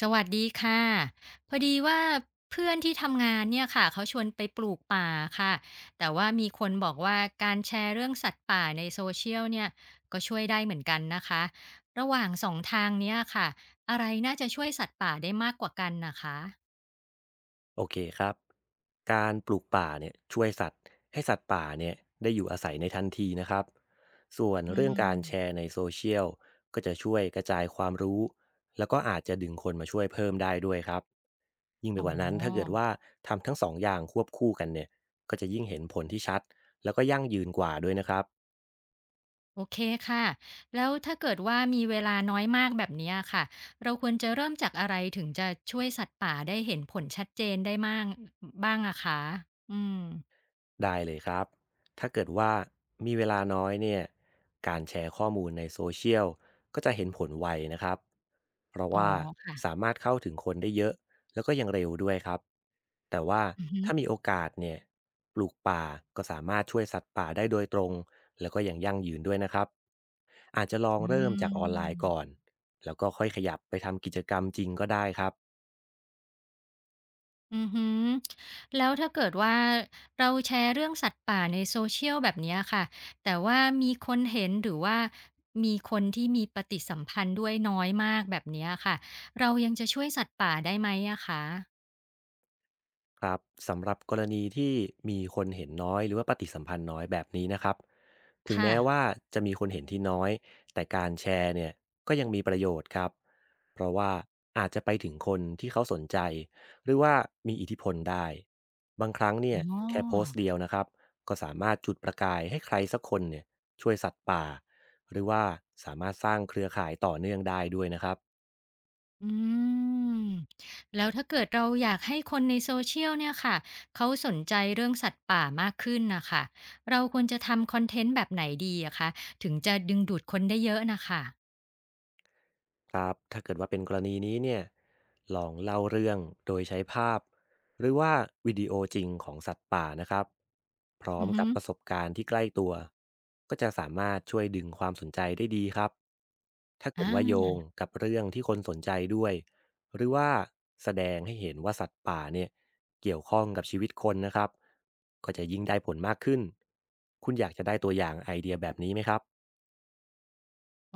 สวัสดีค่ะพอดีว่าเพื่อนที่ทำงานเนี่ยค่ะเขาชวนไปปลูกป่าค่ะแต่ว่ามีคนบอกว่าการแชร์เรื่องสัตว์ป่าในโซเชียลเนี่ยก็ช่วยได้เหมือนกันนะคะระหว่างสองทางเนี่ยค่ะอะไรน่าจะช่วยสัตว์ป่าได้มากกว่ากันนะคะโอเคครับการปลูกป่าเนี่ยช่วยสัตว์ให้สัตว์ป่าเนี่ยได้อยู่อาศัยในทันทีนะครับส่วนอืเรื่องการมแชร์ในโซเชียลก็จะช่วยกระจายความรู้แล้วก็อาจจะดึงคนมาช่วยเพิ่มได้ด้วยครับยิ่งไปอ๋อกว่านั้นถ้าเกิดว่าทำทั้งสองอย่างควบคู่กันเนี่ยก็จะยิ่งเห็นผลที่ชัดแล้วก็ยั่งยืนกว่าด้วยนะครับ โอเคค่ะแล้วถ้าเกิดว่ามีเวลาน้อยมากแบบเนี้ยค่ะเราควรจะเริ่มจากอะไรถึงจะช่วยสัตว์ป่าได้เห็นผลชัดเจนได้มากบ้างอะคะอืม ได้เลยครับ ถ้าเกิดว่ามีเวลาน้อยเนี่ยการแชร์ข้อมูลในโซเชียลก็จะเห็นผลไวนะครับ เพราะอ๋อว่าค่ะ สามารถเข้าถึงคนได้เยอะแล้วก็ยังเร็วด้วยครับ แต่ว่าอือฮึถ้ามีโอกาสเนี่ยปลูกป่าก็สามารถช่วยสัตว์ป่าได้โดยตรงแล้วก็ยังยั่งยืนด้วยนะครับ อาจจะลองอืเริ่มจากออนไลน์ก่อนม แล้วก็ค่อยขยับไปทำกิจกรรมจริงก็ได้ครับ อือฮึแล้วถ้าเกิดว่าเราแชร์เรื่องสัตว์ป่าใน Social แบบเนี้ยค่ะ แต่ว่ามีคนเห็นหรือว่ามีคนที่มีปฏิสัมพันธ์ด้วยน้อยมากแบบเนี้ยค่ะ เรายังจะช่วยสัตว์ป่าได้ไหมอะคะครับสำหรับกรณีที่มีคนเห็นน้อยหรือว่าปฏิสัมพันธ์น้อยแบบนี้นะครับถึงค่ะ แม้ว่าจะมีคนเห็นที่น้อยแต่การแชร์เนี่ยก็ยังมีประโยชน์ครับเพราะว่าอาจจะไปถึงคนที่เขาสนใจหรือว่ามีอิทธิพลได้บางครั้งเนี่อ๋อ ยแค่โพสต์เดียวนะครับก็สามารถจุดประกายให้ใครสักคนเนี่ยช่วยสัตว์ป่าหรือว่าสามารถสร้างเครือข่ายต่อเนื่องได้ด้วยนะครับ อืมแล้วถ้าเกิดเราอยากให้คนในโซเช i ยลเนี่ยค่ะเขาสนใจเรื่องสัตว์ป่ามากขึ้นนะค่ะเราควรจะทำคอนเทนต์แบบไหนดีอะคะถึงจะดึงดูดคนได้เยอะนะค่ะครับถ้าเกิดว่าเป็นกรณีนี้เนี่ยลองเล่าเรื่องโดยใช้ภาพหรือว่าวิดีโอจริงของสัตว์ป่านะครับพร้ออืมอฮึกับประสบการณ์ที่ใกล้ตัวก็จะสามารถช่วยดึงความสนใจได้ดีครับถ้าเกิดว่าโยอางกับเรื่องที่คนสนใจด้วยหรือว่าแสดงให้เห็นว่าสัตว์ป่าเนี่ยเกี่ยวข้องกับชีวิตคนนะครับก็จะยิ่งได้ผลมากขึ้นคุณอยากจะได้ตัวอย่างไอเดียแบบนี้ไหมครับ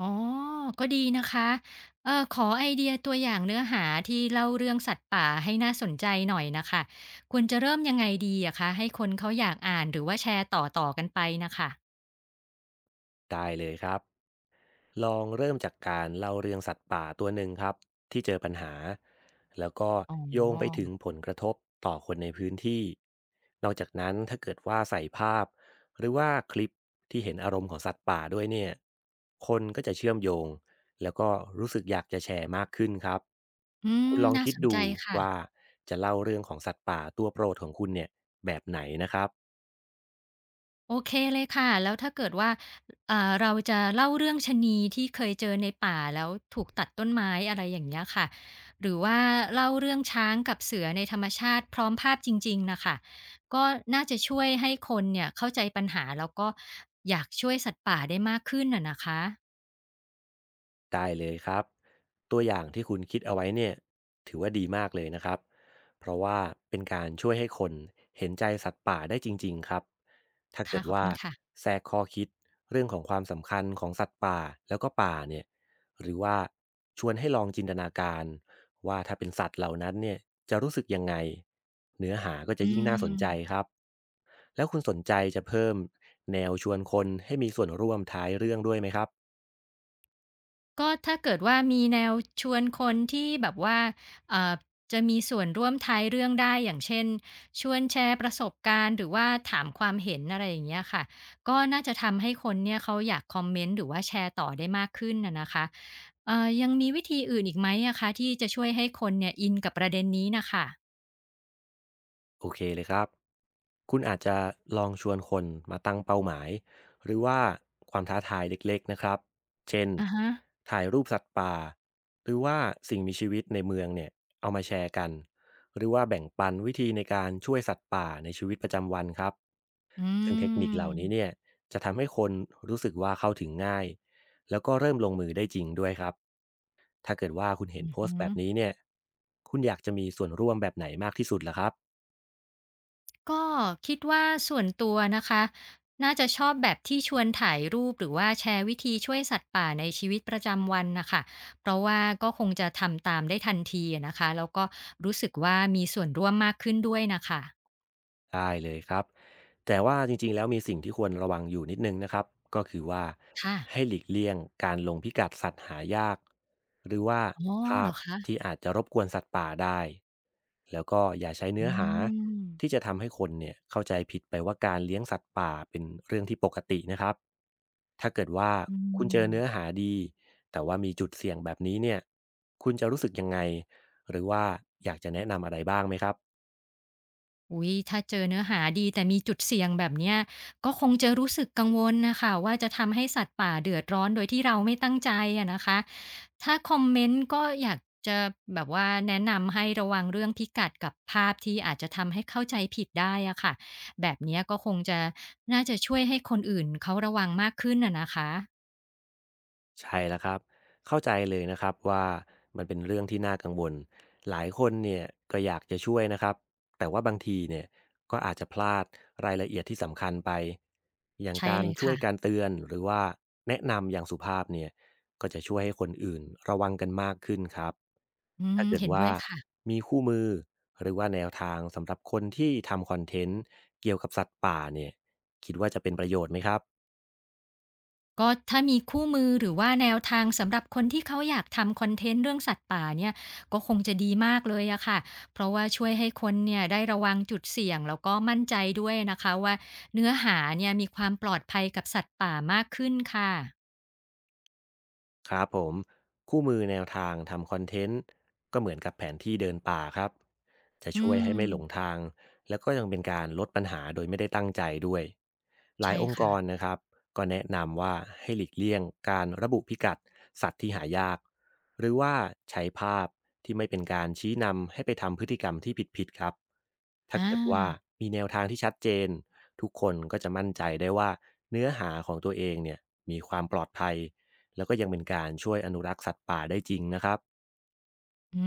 อ๋อก็ดีนะคะขอไอเดียตัวอย่างเนื้อหาที่เล่าเรื่องสัตว์ป่าให้น่าสนใจหน่อยน่ะคะควรจะเริ่มยังไงดีอะคะให้คนเขาอยากอ่านหรือว่าแชร์ต่อๆกันไปนะคะได้เลยครับ ลองเริ่มจากการเล่าเรื่องสัตว์ป่าตัวหนึ่งครับที่เจอปัญหาแล้วก็อ๋โยงไปถึองผลกระทบต่อคนในพื้นที่นอกจากนั้นถ้าเกิดว่าใส่ภาพหรือว่าคลิปที่เห็นอารมณ์ของสัตว์ป่าด้วยเนี่ยคนก็จะเชื่อมโยงแล้วก็รู้สึกอยากจะแชร์มากขึ้นครับอืคุณมลองน่าคิดสนใจดูค่ะ ว่าจะเล่าเรื่องของสัตว์ป่าตัวโปรดของคุณเนี่ยแบบไหนนะครับ โอเคเลยค่ะแล้วถ้าเกิดว่าเราจะเล่าเรื่องชะนีที่เคยเจอในป่าแล้วถูกตัดต้นไม้อะไรอย่างเงี้ยค่ะหรือว่าเล่าเรื่องช้างกับเสือในธรรมชาติพร้อมภาพจริงๆน่ะค่ะก็น่าจะช่วยให้คนเนี่ยเข้าใจปัญหาแล้วก็อยากช่วยสัตว์ป่าได้มากขึ้นอะนะคะได้เลยครับตัวอย่างที่คุณคิดเอาไว้เนี่ยถือว่าดีมากเลยนะครับเพราะว่าเป็นการช่วยให้คนเห็นใจสัตว์ป่าได้จริงๆครับถ้าเกิค่ะดขอบว่าคุณค่ะแทรกข้อคิดเรื่องของความสำคัญของสัตว์ป่าแล้วก็ป่าเนี่ยหรือว่าชวนให้ลองจินตนาการว่าถ้าเป็นสัตว์เหล่านั้นเนี่ยจะรู้สึกยังไงเนื้อหาก็จะอืยิ่งน่าสนใจคม รับแล้วคุณสนใจจะเพิ่มแนวชวนคนให้มีส่วนร่วมท้ายเรื่องด้วยไหมครับก็ถ้าเกิดว่ามีแนวชวนคนที่แบบว่าเอ่อจะมีส่วนร่วมท้ายเรื่องได้อย่างเช่นชวนแชร์ประสบการณ์หรือว่าถามความเห็นอะไรอย่างเงี้ยค่ะก็น่าจะทำให้คนเนี่ยเขาอยากคอมเมนต์หรือว่าแชร์ต่อได้มากขึ้นอะนะคะยังมีวิธีอื่นอีกไหมอะคะที่จะช่วยให้คนเนี่ยอินกับประเด็นนี้น่ะค่ะโอเคเลยครับ คุณอาจจะลองชวนคนมาตั้งเป้าหมายหรือว่าความท้าทายเล็กๆนะครับ เช่นอะฮะถ่ายรูปสัตว์ป่าหรือว่าสิ่งมีชีวิตในเมืองเนี่ยเอามาแชร์กันหรือว่าแบ่งปันวิธีในการช่วยสัตว์ป่าในชีวิตประจำวันครับอืซึ่งเทคนิคเหล่านี้เนี่มยจะทำให้คนรู้สึกว่าเข้าถึงง่ายแล้วก็เริ่มลงมือได้จริงด้วยครับถ้าเกิดว่าคุณเห็นอือโพสฮึ ต์แบบนี้เนี่ยคุณอยากจะมีส่วนร่วมแบบไหนมากที่สุดล่ะครับ ก็คิดว่าส่วนตัวนะคะน่าจะชอบแบบที่ชวนถ่ายรูปหรือว่าแชร์วิธีช่วยสัตว์ป่าในชีวิตประจำวันนะคะเพราะว่าก็คงจะทำตามได้ทันทีอะนะคะแล้วก็รู้สึกว่ามีส่วนร่วมมากขึ้นด้วยนะคะได้เลยครับแต่ว่าจริงๆแล้วมีสิ่งที่ควรระวังอยู่นิดนึงนะครับก็คือว่าค่ะให้หลีกเลี่ยงการลงพิกัดสัตว์หายากหรือว่าอ๋อภาเหรพอที่คะอาจจะรบกวนสัตว์ป่าได้แล้วก็อย่าใช้อืเนื้อหาที่มจะทำให้คนเนี่ยเข้าใจผิดไปว่าการเลี้ยงสัตว์ป่าเป็นเรื่องที่ปกตินะครับถ้าเกิดว่าอืคุณเจอเนื้อม หาดีแต่ว่ามีจุดเสี่ยงแบบนี้เนี่ยคุณจะรู้สึกยังไงหรือว่าอยากจะแนะนำอะไรบ้างไหมครับ อุ๊ยถ้าเจอเนื้อหาดีแต่มีจุดเสี่ยงแบบเนี้ยก็คงจะรู้สึกกังวลน่ะค่ะว่าจะทำให้สัตว์ป่าเดือดร้อนโดยที่เราไม่ตั้งใจอะนะคะถ้าคอมเมนต์ก็อยากจะแบบว่าแนะนำให้ระวังเรื่องพิกัดกับภาพที่อาจจะทำให้เข้าใจผิดได้อะค่ะแบบเนี้ยก็คงจะน่าจะช่วยให้คนอื่นเขาระวังมากขึ้นอะนะคะใช่แล้วครับเข้าใจเลยนะครับว่ามันเป็นเรื่องที่น่ากังวลหลายคนเนี่ยก็อยากจะช่วยนะครับแต่ว่าบางทีเนี่ยก็อาจจะพลาดรายละเอียดที่สำคัญไปอย่างใช่การเลยช่วยการค่ะเตือนหรือว่าแนะนำอย่างสุภาพเนี่ยก็จะช่วยให้คนอื่นระวังกันมากขึ้นครับอืถ้ามเกิดเห็นด้ว่าวยค่ะ มีคู่มือหรือว่าแนวทางสำหรับคนที่ทำคอนเทนต์เกี่ยวกับสัตว์ป่าเนี่ยคิดว่าจะเป็นประโยชน์ไหมครับ ก็ถ้ามีคู่มือหรือว่าแนวทางสำหรับคนที่เขาอยากทำคอนเทนต์เรื่องสัตว์ป่าเนี่ยก็คงจะดีมากเลยอะค่ะเพราะว่าช่วยให้คนเนี่ยได้ระวังจุดเสี่ยงแล้วก็มั่นใจด้วยนะคะว่าเนื้อหาเนี่ยมีความปลอดภัยกับสัตว์ป่ามากขึ้นค่ะครับผมคู่มือแนวทางทำคอนเทนต์ก็เหมือนกับแผนที่เดินป่าครับจะอืช่วยให้ไม่หลงมทางแล้วก็ยังเป็นการลดปัญหาโดยไม่ได้ตั้งใจด้วยหลายใช่องค์กค่ะรนะครับก็แนะนำว่าให้หลีกเลี่ยงการระบุพิกัดสัตว์ที่หายากหรือว่าใช้ภาพที่ไม่เป็นการชี้นำให้ไปทำพฤติกรรมที่ผิดๆครับถ้าอเกิดว่าามีแนวทางที่ชัดเจนทุกคนก็จะมั่นใจได้ว่าเนื้อหาของตัวเองเนี่ยมีความปลอดภัย แล้วก็ยังเป็นการช่วยอนุรักษ์สัตว์ป่าได้จริงนะครับ อื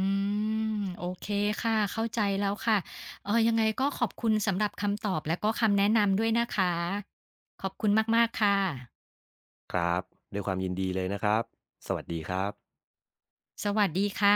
มโอเคค่ะเข้าใจแล้วค่ะยังไงก็ขอบคุณสำหรับคำตอบและก็คำแนะนำด้วยนะคะขอบคุณมากๆค่ะครับด้วยความยินดีเลยนะครับ สวัสดีครับสวัสดีค่ะ